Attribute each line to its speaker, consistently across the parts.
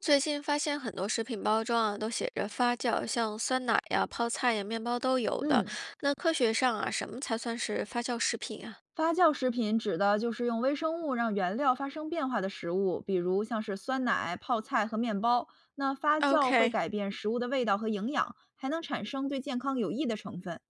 Speaker 1: 最近发现很多食品包装啊都写着发酵，像酸奶呀、泡菜呀、面包都有的。
Speaker 2: 嗯，
Speaker 1: 那科学上啊，什么才算是发酵食品啊
Speaker 2: 发酵食品指的就是用微生物让原料发生变化的食物，比如像是酸奶、泡菜和面包。那发酵会
Speaker 1: ？OK，
Speaker 2: 改变食物的味道和营养，还能产生对健康有益的成分。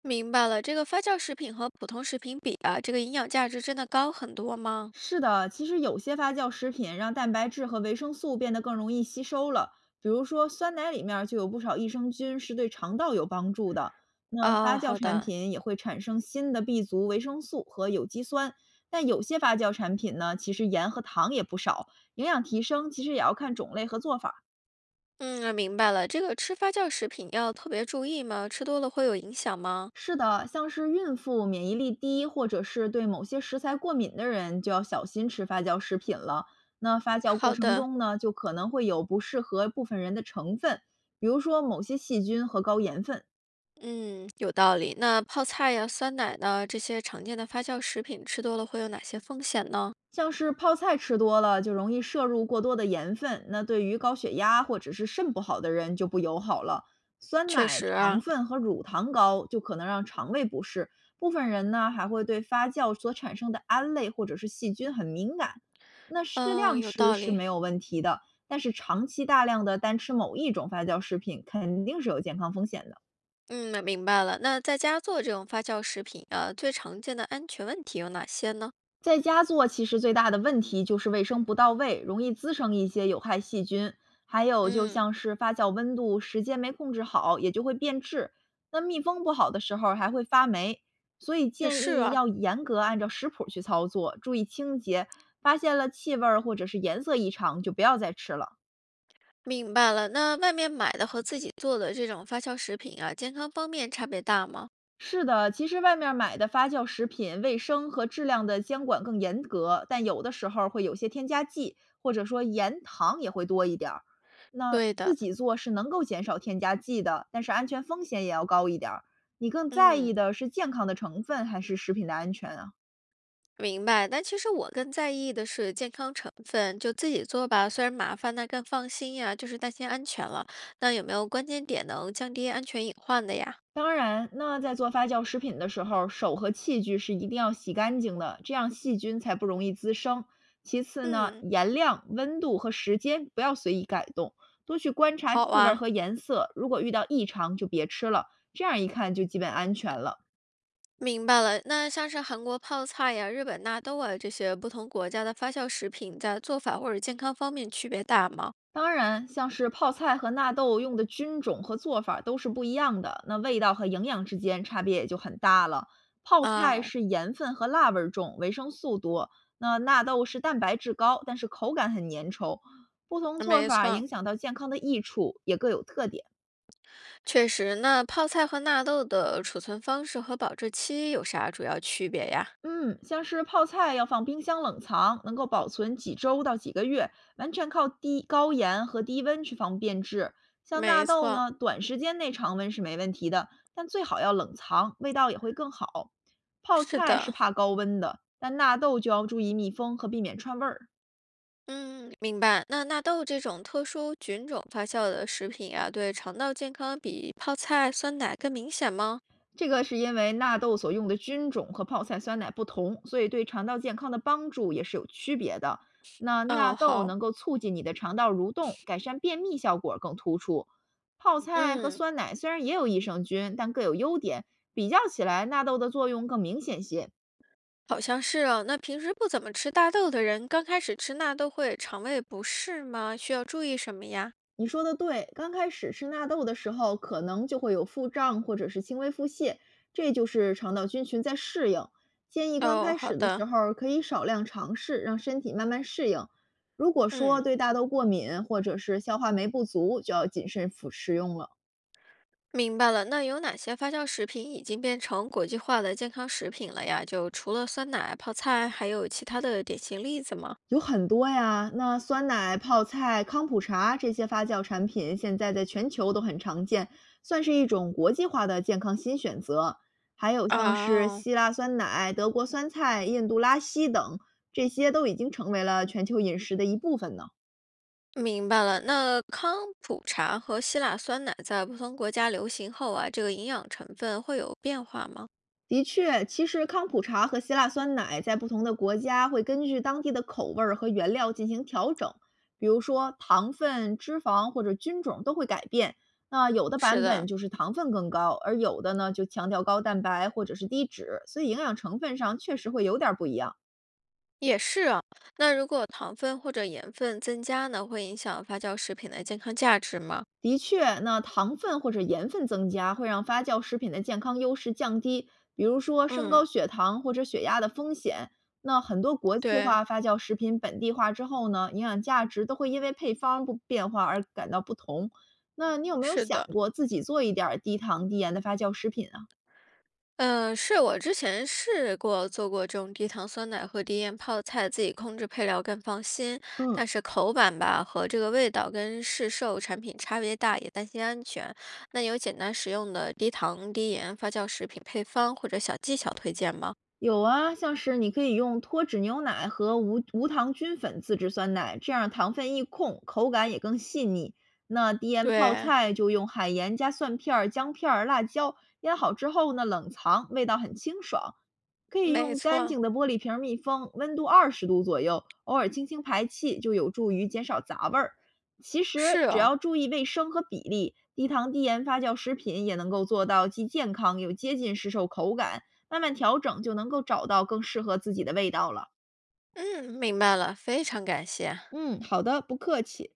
Speaker 1: 明白了。这个发酵食品和普通食品比啊，这个营养价值真的高很多吗？
Speaker 2: 是的，其实有些发酵食品让蛋白质和维生素变得更容易吸收了，比如说酸奶里面儿就有不少益生菌是对肠道有帮助的。那发
Speaker 1: 哦，
Speaker 2: 酵
Speaker 1: 好
Speaker 2: 产
Speaker 1: 的。
Speaker 2: 品也会产生新的 B 族维生素和有机酸，但有些发酵产品呢，其实盐和糖也不少，营养提升其实也要看种类和做法儿。
Speaker 1: 嗯，明白了。这个吃发酵食品要特别注意吗？吃多了会有影响吗？
Speaker 2: 是的，像是孕妇、免疫力低，或者是对某些食材过敏的人，就要小心吃发酵食品了。那发酵过
Speaker 1: 好
Speaker 2: 程
Speaker 1: 的，
Speaker 2: 中呢，就可能会有不适合部分人的成分，比如说某些细菌和高盐分。
Speaker 1: 嗯，有道理。那泡菜呀、酸奶呢，这些常见的发酵食品吃多了会有哪些风险呢？
Speaker 2: 像是泡菜吃多了就容易摄入过多的盐分，那对于高血压或者是肾不好的人就不友好了。酸
Speaker 1: 确
Speaker 2: 奶
Speaker 1: 实
Speaker 2: 糖
Speaker 1: 啊，
Speaker 2: 分和乳糖高就可能让肠胃不适，部分人呢还会对发酵所产生的胺类或者是细菌很敏感。那适
Speaker 1: 嗯，
Speaker 2: 量
Speaker 1: 有
Speaker 2: 吃
Speaker 1: 道
Speaker 2: 是
Speaker 1: 理。
Speaker 2: 没有问题的，但是长期大量的单吃某一种发酵食品肯定是有健康风险的。
Speaker 1: 嗯，明白了。那在家做这种发酵食品啊，最常见的安全问题有哪些呢？
Speaker 2: 在家做其实最大的问题就是卫生不到位，容易滋生一些有害细菌，还有就
Speaker 1: 嗯，
Speaker 2: 像是发酵温度、时间没控制好，也就会变质。那密封不好的时候还会发霉，所以
Speaker 1: 也
Speaker 2: 建
Speaker 1: 是
Speaker 2: 议
Speaker 1: 啊。
Speaker 2: 要严格按照食谱去操作，注意清洁。发现了气味儿或者是颜色异常，就不要再吃了。
Speaker 1: 明白了。那外面买的和自己做的这种发酵食品啊，健康方面差别大吗？
Speaker 2: 是的，其实外面买的发酵食品，卫生和质量的监管更严格，但有的时候会有些添加剂，或者说盐、糖也会多一点儿。那
Speaker 1: 对
Speaker 2: 自
Speaker 1: 的，
Speaker 2: 己做是能够减少添加剂的，但是安全风险也要高一点儿。你更在意
Speaker 1: 嗯，
Speaker 2: 的是健康的成分还是食品的安全啊？
Speaker 1: 明白。但其实我更在意的是健康成分，就自己做吧，虽然麻烦，但更放心呀，就是担心安全了。那有没有关键点能降低安全隐患的呀？
Speaker 2: 当然，那在做发酵食品的时候，手和器具是一定要洗干净的，这样细菌才不容易滋生。其次呢，
Speaker 1: 嗯，
Speaker 2: 盐量、温度和时间不要随意改动，多去观察气
Speaker 1: 好
Speaker 2: 味儿
Speaker 1: 啊。
Speaker 2: 和颜色，如果遇到异常就别吃了，这样一看就基本安全了。
Speaker 1: 明白了，那像是韩国泡菜呀、日本纳豆啊这些不同国家的发酵食品，在做法或者健康方面区别大吗？
Speaker 2: 当然，像是泡菜和纳豆用的菌种和做法都是不一样的，那味道和营养之间差别也就很大了。泡菜
Speaker 1: 啊，
Speaker 2: 是盐分和辣味儿重，维生素多；那纳豆是蛋白质高，但是口感很粘稠。不同做
Speaker 1: 没
Speaker 2: 法
Speaker 1: 错，
Speaker 2: 影响到健康的益处也各有特点。
Speaker 1: 确实。那泡菜和纳豆的储存方式和保质期有啥主要区别呀？
Speaker 2: 嗯，像是泡菜要放冰箱冷藏，能够保存几周到几个月，完全靠低高盐和低温去防变质。像纳
Speaker 1: 没
Speaker 2: 豆
Speaker 1: 错，
Speaker 2: 呢，短时间内常温是没问题的，但最好要冷藏，味道也会更好。泡
Speaker 1: 是
Speaker 2: 菜是
Speaker 1: 的，
Speaker 2: 怕高温的，但纳豆就要注意密封和避免串味儿。
Speaker 1: 嗯，明白。那纳豆这种特殊菌种发酵的食品啊，对肠道健康比泡菜、酸奶更明显吗？
Speaker 2: 这个是因为纳豆所用的菌种和泡菜酸奶不同，所以对肠道健康的帮助也是有区别的。那纳
Speaker 1: 哦，
Speaker 2: 豆
Speaker 1: 好，
Speaker 2: 能够促进你的肠道蠕动，改善便秘效果更突出。泡菜和
Speaker 1: 嗯。
Speaker 2: 酸奶虽然也有益生菌，但各有优点。比较起来，纳豆的作用更明显些。
Speaker 1: 好像是哦。那平时不怎么吃大豆的人，刚开始吃纳豆会肠胃不适吗？需要注意什么呀？
Speaker 2: 你说的对，刚开始吃纳豆的时候，可能就会有腹胀或者是轻微腹泻，这就是肠道菌群在适应。建议刚
Speaker 1: 哦，
Speaker 2: 开
Speaker 1: 好
Speaker 2: 始的
Speaker 1: 的，
Speaker 2: 时候可以少量尝试，让身体慢慢适应。如果说
Speaker 1: 嗯，
Speaker 2: 对大豆过敏或者是消化酶不足，就要谨慎服食用了。
Speaker 1: 明白了。那有哪些发酵食品已经变成国际化的健康食品了呀？就除了酸奶、泡菜，还有其他的典型例子吗？
Speaker 2: 有很多呀，那酸奶、泡菜、康普茶这些发酵产品，现在在全球都很常见，算是一种国际化的健康新选择。还有像是
Speaker 1: 哦，
Speaker 2: 希腊酸奶、德国酸菜、印度拉稀等，这些都已经成为了全球饮食的一部分呢。
Speaker 1: 明白了。那康普茶和希腊酸奶在不同国家流行后啊，这个营养成分会有变化吗？
Speaker 2: 的确，其实康普茶和希腊酸奶在不同的国家会根据当地的口味儿和原料进行调整，比如说糖分、脂肪或者菌种都会改变。那有的
Speaker 1: 是
Speaker 2: 版本
Speaker 1: 的，
Speaker 2: 就是糖分更高，而有的呢就强调高蛋白或者是低脂，所以营养成分上确实会有点儿不一样。
Speaker 1: 也是啊，那如果糖分或者盐分增加呢，会影响发酵食品的健康价值吗？
Speaker 2: 的确，那糖分或者盐分增加会让发酵食品的健康优势降低，比如说升高
Speaker 1: 嗯，
Speaker 2: 血糖或者血压的风险。那很多国际
Speaker 1: 对，
Speaker 2: 化发酵食品本地化之后呢，营养价值都会因为配方不变化而感到不同。那你有没有
Speaker 1: 是
Speaker 2: 想
Speaker 1: 的，
Speaker 2: 过自己做一点儿低糖低盐的发酵食品啊？
Speaker 1: 嗯，是我之前试过做过这种低糖酸奶和低盐泡菜，自己控制配料更放心。
Speaker 2: 嗯。
Speaker 1: 但是口感吧和这个味道跟市售产品差别大，也担心安全。那有简单实用的低糖低盐发酵食品配方或者小技巧推荐吗？
Speaker 2: 有啊，像是你可以用脱脂牛奶和无糖菌粉自制酸奶，这样糖分一控，口感也更细腻。那低盐泡
Speaker 1: 对，
Speaker 2: 菜就用海盐加蒜片儿、姜片儿、辣椒腌好之后呢，冷藏，味道很清爽。可以
Speaker 1: 没
Speaker 2: 用干
Speaker 1: 错。
Speaker 2: 净的玻璃瓶儿密封，温度20度左右，偶尔轻轻排气，就有助于减少杂味儿。其实
Speaker 1: 是
Speaker 2: 只
Speaker 1: 哦，
Speaker 2: 要注意卫生和比例，低糖低盐发酵食品也能够做到既健康又接近市售口感。慢慢调整就能够找到更适合自己的味道了。
Speaker 1: 嗯，明白了，非常感谢。
Speaker 2: 嗯，好的，不客气。